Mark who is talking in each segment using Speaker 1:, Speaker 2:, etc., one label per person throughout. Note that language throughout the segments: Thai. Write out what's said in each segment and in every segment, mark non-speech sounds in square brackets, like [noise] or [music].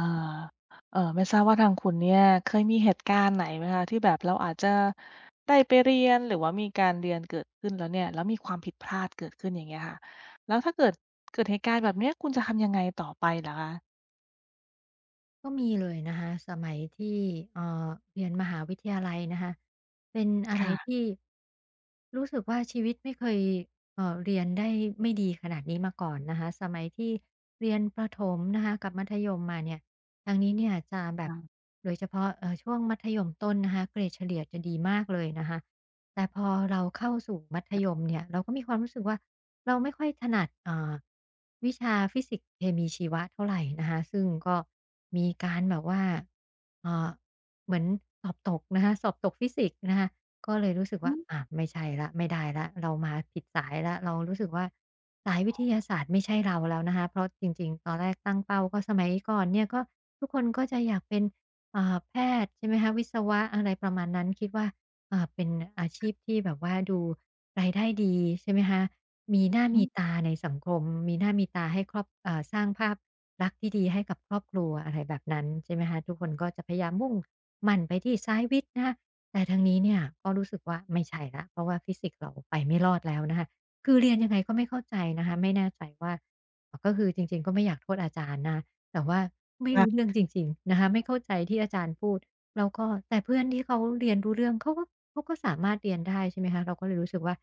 Speaker 1: อาไม่ทราบว่าทางคุณเนี่ยเคยมีเหตุการณ์ไหนไหมคะที่แบบเราอาจจะได้ไปเรียนหรือว่ามีการเรียนเกิดขึ้นแล้วเนี่ยแล้วมีความผิดพลาดเกิดขึ้นอย่างเงี้ยค่ะแล้วถ้าเกิดเหตุการณ์แบบเนี้ยคุณจะทำยังไงต่อไปเหรอคะ
Speaker 2: ก็มีเลยนะคะสมัยที่เอ่อเรียนมหาวิทยาลัยนะคะเป็นอะไร
Speaker 1: ค่ะ
Speaker 2: ที่ รู้สึกว่าชีวิตไม่เคยเรียนได้ไม่ดีขนาดนี้มาก่อนนะคะสมัยที่เรียนประถมนะคะกับมัธยมมาเนี่ยทางนี้เนี่ยจะแบบ
Speaker 1: ค่ะ
Speaker 2: โดยเฉพาะช่วงมัธยมต้นนะคะเกรดเฉลี่ยจะดีมากเลยนะคะแต่พอเราเข้าสู่มัธยมเนี่ยเราก็มีความรู้สึกว่า เราไม่ค่อยถนัดวิชาฟิสิกส์เคมีชีวะเท่าไรนะคะซึ่งก็มีการแบบว่าเอ่าเหมือนสอบตกนะคะสอบตกฟิสิกส์นะคะก็เลยรู้สึก
Speaker 1: อื
Speaker 2: ว่า
Speaker 1: ม
Speaker 2: อาไม่ใช่แล้วไม่ได้แล้วเรามาผิดสายแล้วเรารู้สึกว่าสายวิทยาศาสตร์ไม่ใช่เราแล้วนะคะเพราะจริงๆตอนแรกตั้งเป้าก็สมัยก่อนเนี่ยก็ทุกคนก็จะอยากเป็นแพทย์ใช่ไหมคะวิศวะอะไรประมาณนั้นคิดว่าเป็นอาชีพที่แบบว่าดูรายได้ดีใช่ไหมคะ มีหน้า
Speaker 1: อื
Speaker 2: มี
Speaker 1: ม
Speaker 2: ตาในสังคมมีหน้ามีตาให้ครอบสร้างภาพลักษณ์ที่ดีให้กับครอบครัวอะไรแบบนั้นใช่ไหมคะทุกคนก็จะพยายามมุ่งมั่นไปที่สายวิทย์นะคะแต่ทางนี้เนี่ยก็รู้สึกว่าไม่ใช่แล้วเพราะว่าฟิสิกส์เราไปไม่รอดแล้วนะคะคือเรียนยังไงก็ไม่เข้าใจนะคะไม่แน่ใจว่าก็คือจริงๆก็ไม่อยากโทษอาจารย์นะแต่ว่าไม่รู้
Speaker 1: ค่ะ
Speaker 2: เรื่องจริงๆนะคะไม่เข้าใจที่อาจารย์พูดแล้วก็แต่เพื่อนที่เขาเรียนรู้เรื่องเขาก็สามารถเรียนได้ใช่ไหมคะเราก็เลยรู้สึกว่า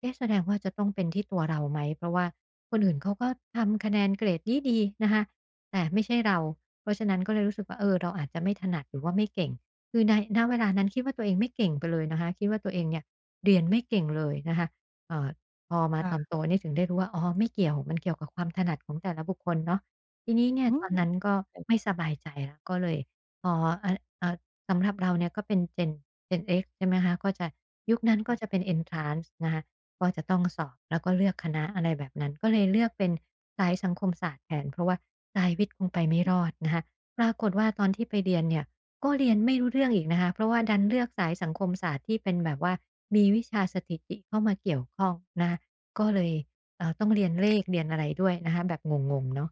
Speaker 2: เอ๊ะแสดงว่าจะต้องเป็นที่ตัวเราไหมเพราะว่าคนอื่นเขาก็ทำคะแนนเกรดดีๆนะคะแต่ไม่ใช่เรา เพราะฉะนั้นก็เลยรู้สึกว่าเออเราอาจจะไม่ถนัดหรือว่าไม่เก่ง คือในณเวลานั้นคิดว่าตัวเองไม่เก่งไปเลยนะคะ คิดว่าตัวเองเนี่ยเรียนไม่เก่งเลยนะคะเอ่อพอมาตอนโต
Speaker 1: ค่ะ
Speaker 2: นี่ถึงได้รู้ว่าอ๋อไม่เกี่ยวมันเกี่ยวกับความถนัดของแต่ละบุคคลเนาะทีนี้เนี่ย
Speaker 1: อื
Speaker 2: ตอน
Speaker 1: ม
Speaker 2: นั้นก็ไม่ส
Speaker 1: [unintelligible]
Speaker 2: บายใจแล้วก็เลยพอเอ่อเอ่อสำหรับเราเนี่ยก็เป็น Gen X ใช่ไหมคะก็จะยุคนั้นก็จะเป็น Entrance นะคะ ก็จะต้องสอบแล้วก็เลือกคณะอะไรแบบนั้นก็เลยเลือกเป็นสายสังคมศาสตร์แทนเพราะว่าสายวิทย์คงไปไม่รอดนะคะปรากฏว่าตอนที่ไปเรียนเนี่ยก็เรียนไม่รู้เรื่องอีกนะคะเพราะว่าดันเลือกสายสังคมศาสตร์ที่เป็นแบบว่ามีวิชาสถิติเข้ามาเกี่ยวข้องนะคะก็เลยต้องเรียนเลขเรียนอะไรด้วยนะคะแบบงงๆเนาะ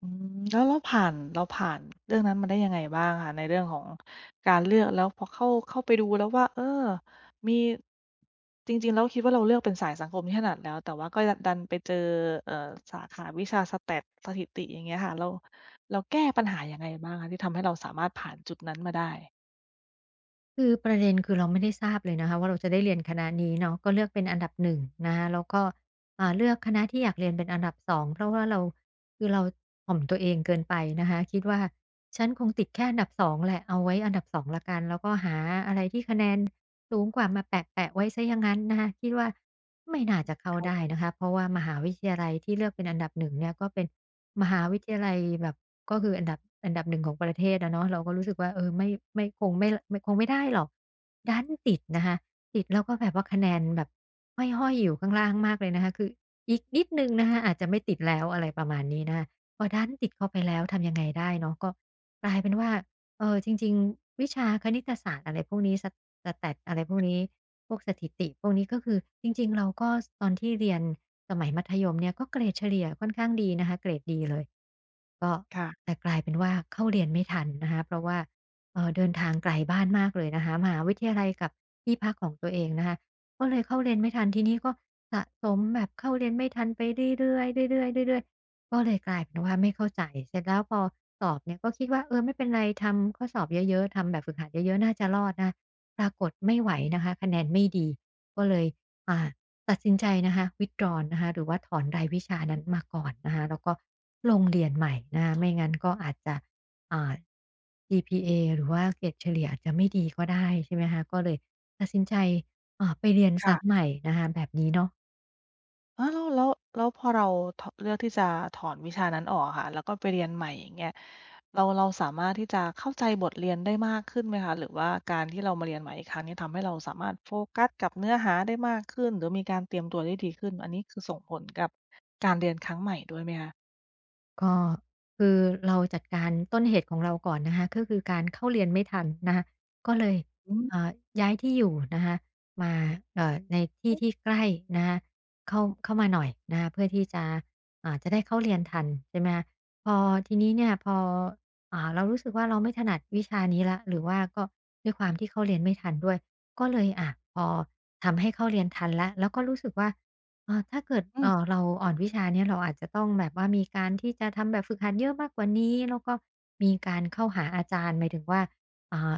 Speaker 1: อืมแล้วเราผ่านเรื่องนั้นมาได้ยังไงบ้างคะในเรื่องของการเลือกแล้วพอเข้าไปดูแล้วว่าเออมีจริงๆแล้วคิดว่าเราเลือกเป็นสายสังคมที่ถนัดแล้วแต่ว่าก็ดันไปเจอเอ่อสาขาวิชา Stats สถิติอย่างเงี้ยค่ะเราแก้ปัญหายังไงบ้างคะที่ทำให้เราสามารถผ่านจุดนั้นมาได้
Speaker 2: คือประเด็นคือเราไม่ได้ทราบเลยนะคะว่าเราจะได้เรียนคณะนี้เนาะก็เลือกเป็นอันดับ1นงนะคะแล้วก็เลือกคณะที่อยากเรียนเป็นอันดับ2เพราะว่าเราคือเราถ่อมตัวเองเกินไปนะคะคิดว่าฉันคงติดแค่อันดับ2แหละเอาไว้อันดับ2งละกันแล้วก็หาอะไรที่คะแนนสูงกว่ามาแปะแปะไว้เสียอย่างงั้นนะคะคิดว่า ไม่น่าจะเข้าได้
Speaker 1: เข้า
Speaker 2: นะคะเพราะว่ามหาวิทยาลัยที่เลือกเป็นอันดับหนึ่งเนี่ยก็เป็นมหาวิทยาลัยแบบก็คืออันดับหนึ่งของประเทศอะเนาะเราก็รู้สึกว่าเออไม่ไม่คงไม่ได้หรอกดันติดนะคะติดแล้วก็แบบว่าคะแนนแบบห้อยๆอยู่ข้างล่างมากเลยนะคะคืออีกนิดหนึ่งนะคะอาจจะไม่ติดแล้วอะไรประมาณนี้นะคะพอดันติดเข้าไปแล้วทำยังไงได้เนาะก็กลายเป็นว่า เออจริงๆวิชาคณิตศาสตร์อะไรพวกนี้ส Stats อะไรพวกนี้พวกสถิติพวกนี้ก็คือจริงๆเราก็ตอนที่เรียนสมัยมัธยมเนี่ยก็เกรดเฉลี่ยค่อนข้างดีนะคะเกรดดีเลยก็
Speaker 1: ค่ะ
Speaker 2: แต่กลายเป็นว่าเข้าเรียนไม่ทันนะคะเพราะว่าเดินทางไกลบ้านมากเลยนะคะมหาวิทยาลัยกับที่พักของตัวเองนะคะก็เลยเข้าเรียนไม่ทันทีนี้ก็สะสมแบบเข้าเรียนไม่ทันไปเรื่อยๆเรื่อยๆเรื่อยๆ ก็เลยกลายเป็นว่าไม่เข้าใจเสร็จแล้วพอสอบเนี่ยก็คิดว่าเออไม่เป็นไรทำข้อสอบเยอะๆทำแบบฝึกหัดเยอะๆน่าจะรอดนะปรากฏไม่ไหวนะคะคะแนนไม่ดีก็เลยอ่าตัดสินใจนะคะ withdraw นะคะหรือว่าถอนรายวิชานั้นมาก่อนนะคะแล้วก็ลงเรียนใหม่นะคะไม่งั้นก็อาจจะอ่า GPA หรือว่าเกรดเฉลี่ยอาจจะไม่ดีก็ได้ใช่ไหมคะก็เลยตัดสินใจไปเรียน
Speaker 1: ค่ะ
Speaker 2: ซ้ำใหม่นะคะแบบนี้เนาะ
Speaker 1: อาแล้วพอเราถเลือกที่จะถอนวิชานั้นออกอะค่ะแล้วก็ไปเรียนใหม่อย่างเงี้ยเราสามารถที่จะเข้าใจบทเรียนได้มากขึ้นไหมคะหรือว่าการที่เรามาเรียนใหม่อีกครั้งเนี่ยทำให้เราสามารถโฟกัสกับเนื้อหาได้มากขึ้นหรือมีการเตรียมตัวได้ดีขึ้นอันนี้คือส่งผลกับการเรียนครั้งใหม่ด้วยไหมคะ
Speaker 2: ก็คือเราจัดการต้นเหตุของเราก่อนนะคะก็คือการเข้าเรียนไม่ทันนะคะก็เลย
Speaker 1: อื
Speaker 2: เอ่
Speaker 1: ม
Speaker 2: อย้ายที่อยู่นะคะมาในที่ที่ใกล้นะคะเข้ามาหน่อยนะคะเพื่อที่จะจะได้เข้าเรียนทันใช่ไหมคะพอทีนี้เนี่ยพอเรารู้สึกว่าเราไม่ถนัดวิชานี้ละหรือว่าก็ด้วยความที่
Speaker 1: อ
Speaker 2: เข้าเรียนไม่ทันด้วยก็เลยอะพอทำให้เข้าเรียนทันแล้วก็รู้สึกว่า อ่าถ้าเกิด
Speaker 1: ืม
Speaker 2: เราอ่อนวิชาเนี่ยเราอาจจะต้องแบบว่ามีการที่จะทำแบบฝึกหัดเยอะมากกว่านี้แล้วก็มีการเข้าหาอาจารย์หมายถึงว่าอ่า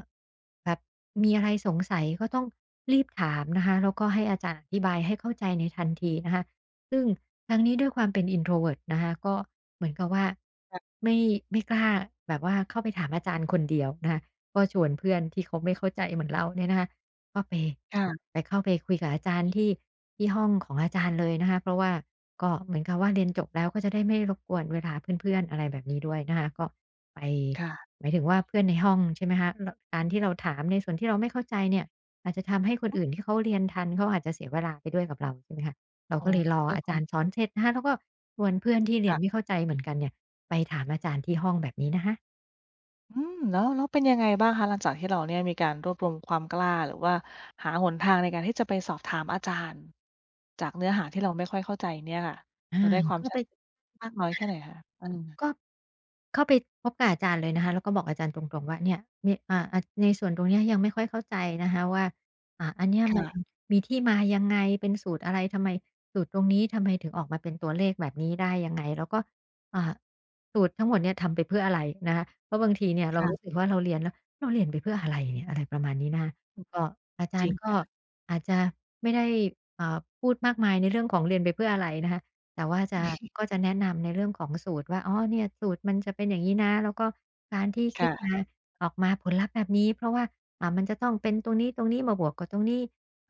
Speaker 2: แบบมีอะไรสงสัยก็ต้องรีบถามนะคะแล้วก็ให้อาจารย์อธิบายให้เข้าใจในทันทีนะคะซึ่งทั้งนี้ด้วยความเป็น introvert นะคะก็เหมือนกับว่า
Speaker 1: ค่ะ
Speaker 2: ไม่ไม่กล้าแบบว่าเข้าไปถามอาจารย์คนเดียวนะคะก็ชวนเพื่อนที่เขาไม่เข้าใจเหมือนเราเนี่ยนะคะ ก็ไป
Speaker 1: ค่ะ
Speaker 2: ไปเข้าไปคุยกับอาจารย์ที่ห้องของอาจารย์เลยนะคะเพราะว่าก็เหมือนกับว่าเรียนจบแล้วก็จะได้ไม่รบกวนเวลาเพื่อนๆอะไรแบบนี้ด้วยนะคะก็ไป
Speaker 1: ค่ะ
Speaker 2: หมายถึงว่าเพื่อนในห้องใช่ไหมคะรการที่เราถามในส่วนที่เราไม่เข้าใจเนี่ยอาจจะทำให้คน
Speaker 1: อื
Speaker 2: อื่นที่
Speaker 1: ม
Speaker 2: เขาเรียนทันเขาอาจจะเสียเวลาไปด้วยกับเราใช่ไหมคะเรา
Speaker 1: อ๋อ
Speaker 2: ก็เลยรอ
Speaker 1: ด้วย
Speaker 2: อา
Speaker 1: ควา
Speaker 2: จา
Speaker 1: ม
Speaker 2: รย์สอนเสร็จนะคะแล้วก็ชวนเพื่อนที่เรียนไม่
Speaker 1: ค่ะ
Speaker 2: เข้าใจเหมือนกันเนี่ยไปถามอาจารย์ที่ห้องแบบนี้นะคะ
Speaker 1: อืมแล้วเป็นยังไงบ้างคะหลังจากที่เราเนี่ยมีการรวบรวมความกล้าหรือว่าหาหนทางในการที่จะไปสอบถามอาจารย์จากเนื้อหาที่เราไม่ค่อยเข้าใจเนี่ยค่ะ
Speaker 2: อา
Speaker 1: เราได้ความ
Speaker 2: ก็
Speaker 1: ชั
Speaker 2: ไป
Speaker 1: ดมากน้อยแค่ไหนคะอืม
Speaker 2: ก็เข้าไปพบกับอาจารย์เลยนะคะแล้วก็บอกอาจารย์ตรงๆว่าเนี่ยเีอ่าอะในส่วนตรงเนี้ยยังไม่ค่อยเข้าใจนะคะว่าอันเนี้ยมัน
Speaker 1: ค
Speaker 2: มีที่มายังไงเป็นสูตรอะไรทำไมสูตรตรงนี้ทำไมถึงออกมาเป็นตัวเลขแบบนี้ได้ยังไงแล้วก็อ่าสูตรทั้งหมดเนี่ยทำไปเพื่ออะไรนะคะเพราะบางทีเนี่ยเรารู้สึ
Speaker 1: ่ะ
Speaker 2: กว่าเราเรียนแล้วเราเรียนไปเพื่ออะไรเนี่ยอะไรประมาณนี้นะคะก็อา
Speaker 1: ๆ
Speaker 2: จา
Speaker 1: จ
Speaker 2: ร
Speaker 1: ริง
Speaker 2: ย์ก็
Speaker 1: ค่ะ
Speaker 2: อาจจะไม่ได้พูดมากมายในเรื่องของเรียนไปเพื่ออะไรนะคะ แต่ว่าจะก็จะแนะนำในเรื่องของสูตรว่าอ๋อเนี่ยสูตรมันจะเป็นอย่างงี้นะแล้วก็การที่คิด
Speaker 1: ค่ะ
Speaker 2: มาออกมาผลลัพธ์แบบนี้เพราะว่ามันจะต้องเป็นตรงนี้ตรงนี้มาบวกกับตรงนี้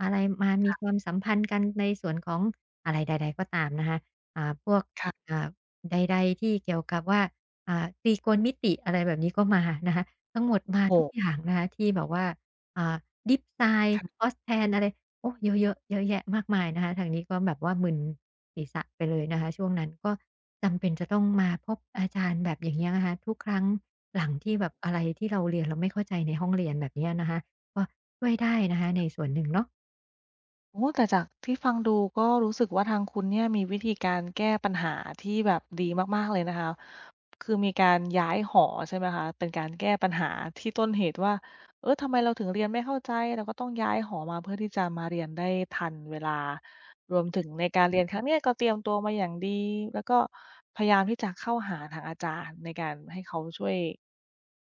Speaker 2: อะไรมามีความสัมพันธ์กันในส่วนของอะไรใดๆก็ตามนะคะพวก
Speaker 1: ค่ะ
Speaker 2: อ่าใดๆที่เกี่ยวกับว่าตรีโกณมิติอะไรแบบนี้ก็มานะคะทั้งหมดมา
Speaker 1: โอ้
Speaker 2: ทุก
Speaker 1: โ
Speaker 2: อย่างนะคะที่แบบว่าอ่า Dip sine
Speaker 1: ฮ
Speaker 2: Cos tan อะไรโอ้เยอะๆเยอะแยะมากมายนะคะทางนี้ก็แบบว่ามึน ศีรษะไปเลยนะคะช่วงนั้นก็จำเป็นจะต้องมาพบอาจารย์แบบอย่างเงี้ยนะคะทุกครั้งหลังที่แบบอะไรที่เราเรียนเราไม่เข้าใจในห้องเรียนแบบเนี้ยนะคะก็ช่วยได้นะคะในส่วนหนึ่งเนาะ
Speaker 1: โอ้แต่จากที่ฟังดูก็รู้สึกว่าทางคุณเนี่ยมีวิธีการแก้ปัญหาที่แบบดีมากๆเลยนะคะคือมีการย้ายหอใช่ไหมคะเป็นการแก้ปัญหาที่ต้นเหตุว่าเออทำไมเราถึงเรียนไม่เข้าใจเราก็ต้องย้ายหอมาเพื่อที่จะมาเรียนได้ทันเวลารวมถึงในการเรียนครั้งเนี้ยก็เตรียมตัวมาอย่างดีแล้วก็พยายามที่จะเข้าหาทางอาจารย์ในการให้เขาช่วย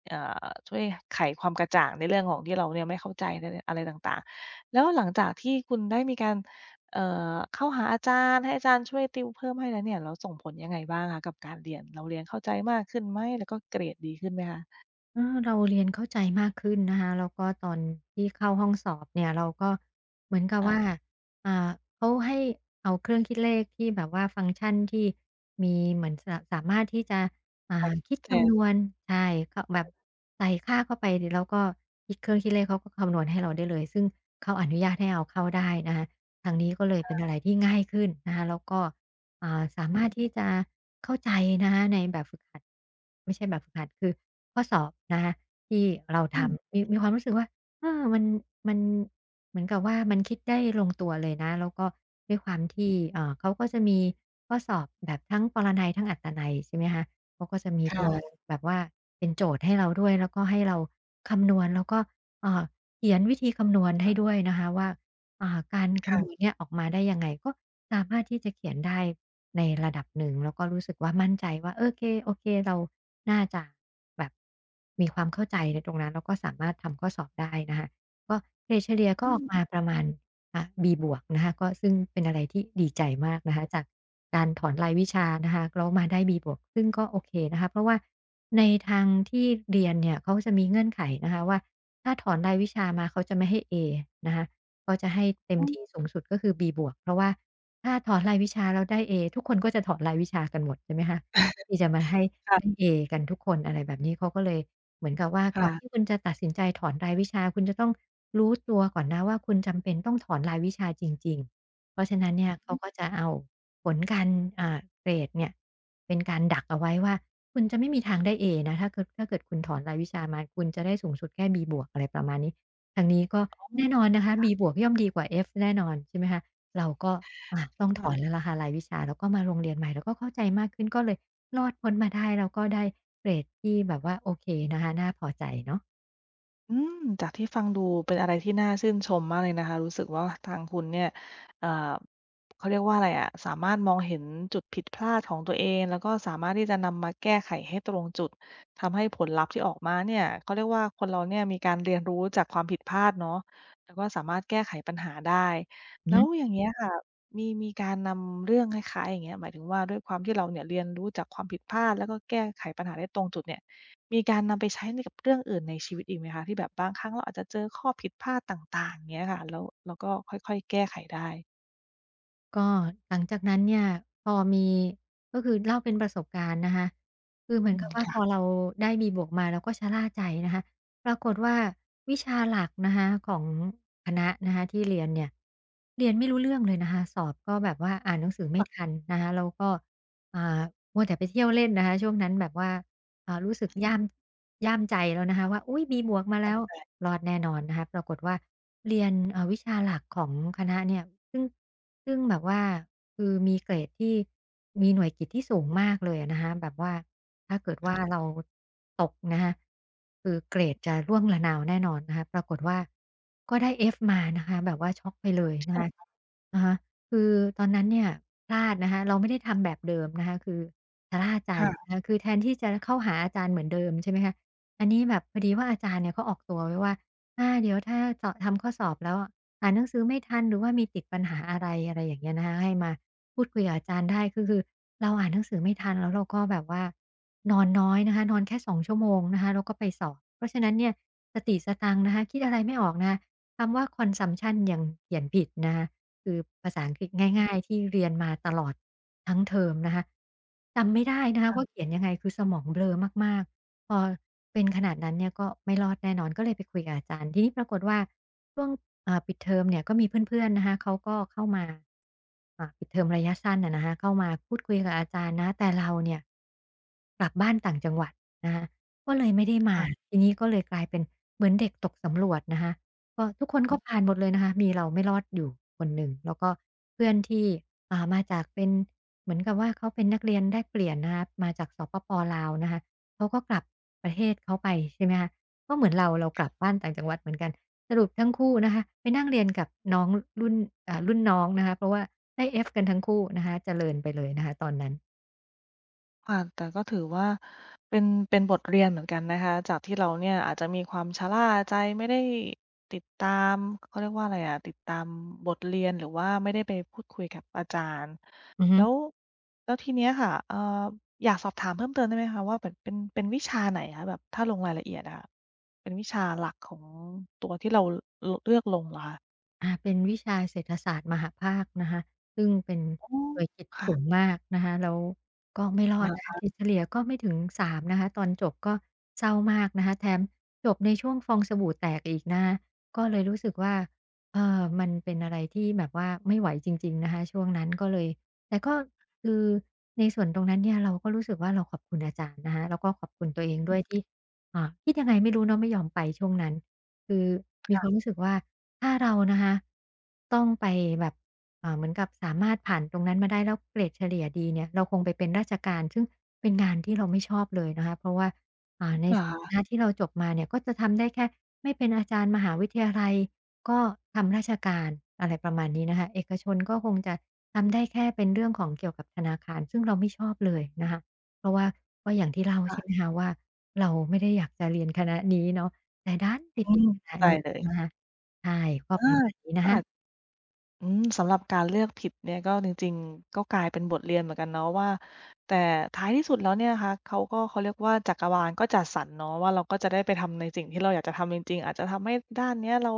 Speaker 1: เอ่ช่วยไขความกระจ่างในเรื่องของที่เราเนี่ยไม่เข้าใจในอะไรต่างๆแล้วหลังจากที่คุณได้มีการเอ่เข้าหาอาจารย์ให้อาจารย์ช่วยติวเพิ่มให้แล้วเนี่ยแล้วส่งผลยังไงบ้างคะกับการเรียนเราเรียนเข้าใจมากขึ้นไหมแล้วก็เกรดดีขึ้นไหมคะ
Speaker 2: เออเราเรียนเข้าใจมากขึ้นนะคะแล้วก็ตอนที่เข้าห้องสอบเนี่ยเราก็เหมือนกับว่า
Speaker 1: อ่า
Speaker 2: อ่าเขาให้เอาเครื่องคิดเลขที่แบบว่าฟังก์ชันที่มีเหมือนสะสามารถที่จะ
Speaker 1: แต่
Speaker 2: คิดคำนว
Speaker 1: แต่
Speaker 2: ณใช่ก็แบบใส่ค่าเข้าไปแล้วก็คิดเครื่องคิดเลขเขาก็คำนวณให้เราได้เลยซึ่งเขาอนุญาตให้เอาเข้าได้นะคะทางนี้ก็เลยเป็นอะไรที่ง่ายขึ้นนะคะแล้วก็สามารถที่จะเข้าใจนะคะในแบบฝึกหัดไม่ใช่แบบฝึกหัดคือ ข้อสอบนะคะที่เราท
Speaker 1: อืม
Speaker 2: มำมีมีความรู้สึกว่าเออมันมันเหมือนกับว่ามันคิดได้ลงตัวเลยนะแล้วก็ด้วยความที่เขาก็จะมีข้อสอบแบบทั้งปรนัยทั้งอัตนัยใช่ไหมคะเขาก็จะมีตัว
Speaker 1: ค่ะ
Speaker 2: แบบว่าเป็นโจทย์ให้เราด้วยแล้วก็ให้เราคำนวณแล้วก็เอ่อเขียนวิธีคำนวณให้ด้วยนะคะว่าการคำนวณ
Speaker 1: ค่ะ
Speaker 2: เนี่ยออกมาได้ยังไงก็ สามารถที่จะเขียนได้ในระดับหนึ่งแล้วก็รู้สึกว่ามั่นใจว่าโอเคเราน่าจะแบบมีความเข้าใจในตรงนั้นแล้วก็สามารถทำข้อสอบได้นะคะก็เกรดเฉลี่ยก็
Speaker 1: อื
Speaker 2: ออก
Speaker 1: ม
Speaker 2: มาประมาณB บวกนะคะก็ซึ่งเป็นอะไรที่ดีใจมากนะคะจากการถอนรายวิชานะคะแล้วมาได้ B บวกซึ่งก็โอเคนะคะเพราะว่าในทางที่เรียนเนี่ยเขาจะมีเงื่อนไขนะคะว่าถ้าถอนรายวิชามาเขาจะไม่ให้เอนะคะก็จะให้เต็ม
Speaker 1: อืม
Speaker 2: ที่สูงสุดก็คือ B บวกเพราะว่า ถ้าถอนรายวิชาแล้วได้เอทุกคนก็จะถอนรายวิชากันหมดใช่ไหมคะเพื่อที่จะมาให้ได้
Speaker 1: ค่ะ
Speaker 2: เอกันทุกคนอะไรแบบนี้เขาก็เลยเหมือนกับว่าก่อนที่
Speaker 1: ค่ะ
Speaker 2: คุณจะตัดสินใจถอนรายวิชาคุณจะต้องรู้ตัวก่อนนะว่าคุณจำเป็นต้องถอนรายวิชาจริงๆเพราะฉะนั้นเนี่ยเขา
Speaker 1: อื
Speaker 2: ก็
Speaker 1: ม
Speaker 2: จะเอาผลการเกรดเนี่ยเป็นการดักเอาไว้ว่าคุณจะไม่มีทางได้เอนะถ้าเกิดคุณถอนรายวิชามาคุณจะได้สูงสุดแค่ B+ บวกอะไรประมาณนี้ทางนี้ก็
Speaker 1: อ๋อ
Speaker 2: แน่นอนนะคะ B+ บวกย่อมดีกว่า F แน่นอนใช่ไหมคะ เราก็ต้องถอน
Speaker 1: ค่ะ
Speaker 2: แล้วล่ะค่ะรายวิชาแล้วก็มาโรงเรียนใหม่เราก็เข้าใจมากขึ้นก็เลยรอดพ้นมาได้แล้วก็ได้เกรดที่แบบว่าโอเคนะคะน่าพอใจเนาะ
Speaker 1: อืมจากที่ฟังดูเป็นอะไรที่น่าชื่นชมมากเลยนะคะรู้สึกว่าทางคุณเนี่ยเอ่อเขาเรียกว่าอะไรอะสามารถมองเห็นจุดผิดพลาดของตัวเองแล้วก็สามารถที่จะนำมาแก้ไขให้ตรงจุดทำให้ผลลัพธ์ที่ออกมาเนี่ยเขาเรียกว่าคนเราเนี่ยมีการเรียนรู้จากความผิดพลาดเนาะแล้วก็สามารถแก้ไขปัญหาได้
Speaker 2: อือ
Speaker 1: แล้ว
Speaker 2: ฮึ
Speaker 1: อย่างเงี้ยค่ะมีการนำเรื่องคล้ายๆอย่างเงี้ยหมายถึงว่าด้วยความที่เราเนี่ยเรียนรู้จากความผิดพลาดแล้วก็แก้ไขปัญหาได้ตรงจุดเนี่ย มีการนำไปใช้ในกับเรื่องอื่นในชีวิตอีกไหมคะที่แบบบางครั้งเราอาจจะเจอข้อผิดพลาดต่างๆอย่างเงี้ยค่ะแล้วก็ค่อยๆแก้ไขได้
Speaker 2: ก็หลังจากนั้นเนี่ยพอมีก็คือเล่าเป็นประสบการณ์นะคะคือเหมือน
Speaker 1: อื
Speaker 2: กั
Speaker 1: ม
Speaker 2: บว่าพ
Speaker 1: ค่ะ
Speaker 2: อเราได้ B บวกมาเราก็ชะล่าใจนะคะปรากฏว่าวิชาหลักนะคะของคณะนะคะที่เรียนเนี่ยเรียนไม่รู้เรื่องเลยนะคะสอบก็แบบว่าอ่านหนังสือ
Speaker 1: ป
Speaker 2: ไม่
Speaker 1: รับ
Speaker 2: ทันนะคะแล้วก็อ่ามัวแต่ไปเที่ยวเล่นนะคะช่วงนั้นแบบว่ารู้สึกย่ามใจแล้วนะคะว่าอุ๊ย B บวกมาแล้ว
Speaker 1: ปับ
Speaker 2: รอดแน่นอนนะคะปรากฏว่าเรียนวิชาหลักของคณะเนี่ยซึ่ง ซึ่งแบบว่าคือมีเกรดที่มีหน่วยกิตที่สูงมากเลยอะนะคะแบบว่าถ้าเกิดว่า
Speaker 1: ค่ะ
Speaker 2: เราตกนะคะคือเกรดจะร่วงระนาวแน่นอนนะคะปรากฏว่าก็ได้ F มานะคะแบบว่าช็อกไปเลย
Speaker 1: ที่
Speaker 2: นะ
Speaker 1: เรา
Speaker 2: คะอะฮะคือตอนนั้นเนี่ยพลาดนะคะเราไม่ได้ทำแบบเดิมนะคะคือชะล่าใจ
Speaker 1: ค่ะ
Speaker 2: นะคะคือแทนที่จะเข้าหาอาจารย์เหมือนเดิมใช่ไหมคะอันนี้แบบพอดีว่าอาจารย์เนี่ยเขาออกตัวไว้ว่าเดี๋ยวถ้าสทำข้อสอบแล้ว อ่านหนังสือไม่ทันหรือว่ามีติดปัญหาอะไรอะไรอย่างเงี้ยนะคะให้มาพูดคุยกับอาจารย์ได้ก็คือเราอ่านหนังสือไม่ทันแล้วเราก็แบบว่านอนน้อยนะคะนอนแค่2ชั่วโมงนะคะแล้วก็ไปสอบเพราะฉะนั้นเนี่ยสติสตังค์นะคะคิดอะไรไม่ออกนะคะคำว่า consumption ยังเขียนผิดนะคะคือภาษาอังกฤษง่ายๆที่เรียนมาตลอดทั้งเทอมนะคะจำไม่ได้นะคะว่าเขียนยังไงคือสมองเบลอมากๆพอเป็นขนาดนั้นเนี่ยก็ไม่รอดแน่นอนก็เลยไปคุยกับอาจารย์ทีนี้ปรากฏว่า ช่วงปิดเทอมเนี่ยก็มีเพื่อนๆนะคะเขาก็เข้ามาปิดเทอมระยะสั้นอะนะคะเข้ามาพูดคุยกับอาจารย์นะแต่เราเนี่ยกลับบ้านต่างจังหวัดนะคะก็เลยไม่ได้มา
Speaker 1: ๆ
Speaker 2: ทีนี้ก็เลยกลายเป็นเหมือนเด็กตกสำรวจนะคะก็ทุกคนก็ผ่านหมดเลยนะคะมีเราไม่รอดอยู่คนหนึ่งแล้วก็เพื่อนที่มาจากเป็นเหมือนกับว่าเขาเป็นนักเรียนแลกเปลี่ยนนะคะมาจากสปปลาวนะคะเขาก็กลับประเทศเขาไปใช่ไหมคะก็เหมือนเรากลับบ้านต่างจังหวัดเหมือนกัน สรุปทั้งคู่นะคะไปนั่งเรียนกับน้องรุ่นรุ่นน้องนะคะเพราะว่าได้ F กันทั้งคู่นะคะเจริญไปเลยนะคะตอนนั้น
Speaker 1: ค่ะแต่ก็ถือว่าเป็นบทเรียนเหมือนกันนะคะจากที่เราเนี่ยอาจจะมีความชะล่าใจไม่ได้ติดตามเขาเรียกว่าอะไรอะติดตามบทเรียนหรือว่าไม่ได้ไปพูดคุยกับอาจารย์
Speaker 2: อือฮึ
Speaker 1: แล้วแล้วทีเนี้ยค่ะอยากสอบถามเพิ่มเติมได้ไหมคะว่าแบบเป็นวิชาไหนคะแบบถ้าลงรายละเอียดอะค่ะเป็นวิชาหลักของตัวที่เราลเลือกลงเหรอคะ
Speaker 2: เป็นวิชาเศรษฐศาสตร์มหภาคนะคะซึ่งเป็น
Speaker 1: อ๋อ
Speaker 2: หน่วยกิต
Speaker 1: ค่ะ
Speaker 2: สูงมากนะคะแล้วก็ไม่รอด
Speaker 1: มาก
Speaker 2: นะคะ
Speaker 1: ค่ะ
Speaker 2: คิดเฉลี่ยก็ไม่ถึง3นะคะตอนจบก็เศร้ามากนะคะแถมจบในช่วงฟองสบู่แตกอีกนะคะก็เลยรู้สึกว่ามันเป็นอะไรที่แบบว่าไม่ไหวจริงๆนะคะช่วงนั้นก็เลยแต่ก็คือในส่วนตรงนั้นเนี่ยเราก็รู้สึกว่าเราขอบคุณอาจารย์นะคะแล้วก็ขอบคุณตัวเองด้วยที่อ่าคิดยังไงไม่รู้เนาะไม่ยอมไปช่วงนั้น คือมีความรู้สึกว่าถ้าเรานะคะต้องไปแบบเหมือนกับสามารถผ่านตรงนั้นมาได้แล้วเกรดเฉลี่ยดีเนี่ยเราคงไปเป็นราชการซึ่งเป็นงานที่เราไม่ชอบเลยนะคะเพราะว่าใน
Speaker 1: เหรอ
Speaker 2: ส่วนค
Speaker 1: คะ
Speaker 2: ณะที่เราจบมาเนี่ยก็จะทำได้แค่ไม่เป็นอาจารย์มหาวิทยาลัยก็ทำราชการอะไรประมาณนี้นะคะเอกชนก็คงจะทำได้แค่เป็นเรื่องของเกี่ยวกับธนาคารซึ่งเราไม่ชอบเลยนะคะเพราะว่าก็อย่างที่เล่าใช่ไหม
Speaker 1: ค่ะ
Speaker 2: คะว่าเราไม่ได้อยากจะเรียนคณะนี้เนาะ แต่ดันไป
Speaker 1: อื
Speaker 2: ติด
Speaker 1: ม
Speaker 2: คณะ
Speaker 1: เข้าใจ
Speaker 2: นี้
Speaker 1: เล
Speaker 2: นะ
Speaker 1: ย
Speaker 2: คะใช่ก็ป
Speaker 1: อา
Speaker 2: ระมาณนี้นะ
Speaker 1: ก็อาจ
Speaker 2: คะ
Speaker 1: อืมสำหรับการเลือกผิดเนี่ยก็จริงๆก็กลายเป็นบทเรียนเหมือนกันเนาะว่าแต่ท้ายที่สุดแล้วเนี่ยนะคะเขาก็เขาเรียกว่าจักรวาลก็จัดสรรเนาะว่าเราก็จะได้ไปทำในสิ่งที่เราอยากจะทำจริงๆอาจจะทำให้ด้านเนี้ยเรา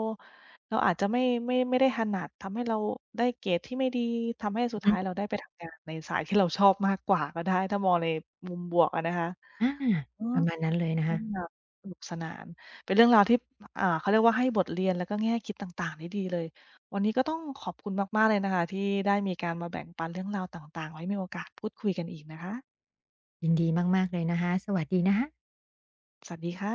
Speaker 1: เราอาจจะไม่ไม่ได้ถนัดทำให้เราได้เกรดที่ไม่ดีทำให้
Speaker 2: อื
Speaker 1: สุ
Speaker 2: อ
Speaker 1: ด
Speaker 2: ฮึ
Speaker 1: ท้ายเราได้ไปทำงานในสายที่เราชอบมากกว่าก็ได้ถ้ามองในมุมบวกอะนะคะ
Speaker 2: อา
Speaker 1: อ
Speaker 2: ป
Speaker 1: อ
Speaker 2: ระมาณนั้นเลยนะคะ
Speaker 1: เรื่องราวสนุกสนานเป็นเรื่องราวที่อ่าเขาเรียกว่าให้บทเรียนแล้วก็แง่คิดต่างๆได้ดีเลยวันนี้ก็ต้องขอบคุณมากๆเลยนะคะที่ได้มีการมาแบ่งปันเรื่องราวต่างๆไว้มีโอกาสพูดคุยกันอีกนะคะ
Speaker 2: ยินดีมากๆเลยนะคะสวัสดีนะคะ
Speaker 1: สวัสดีค่ะ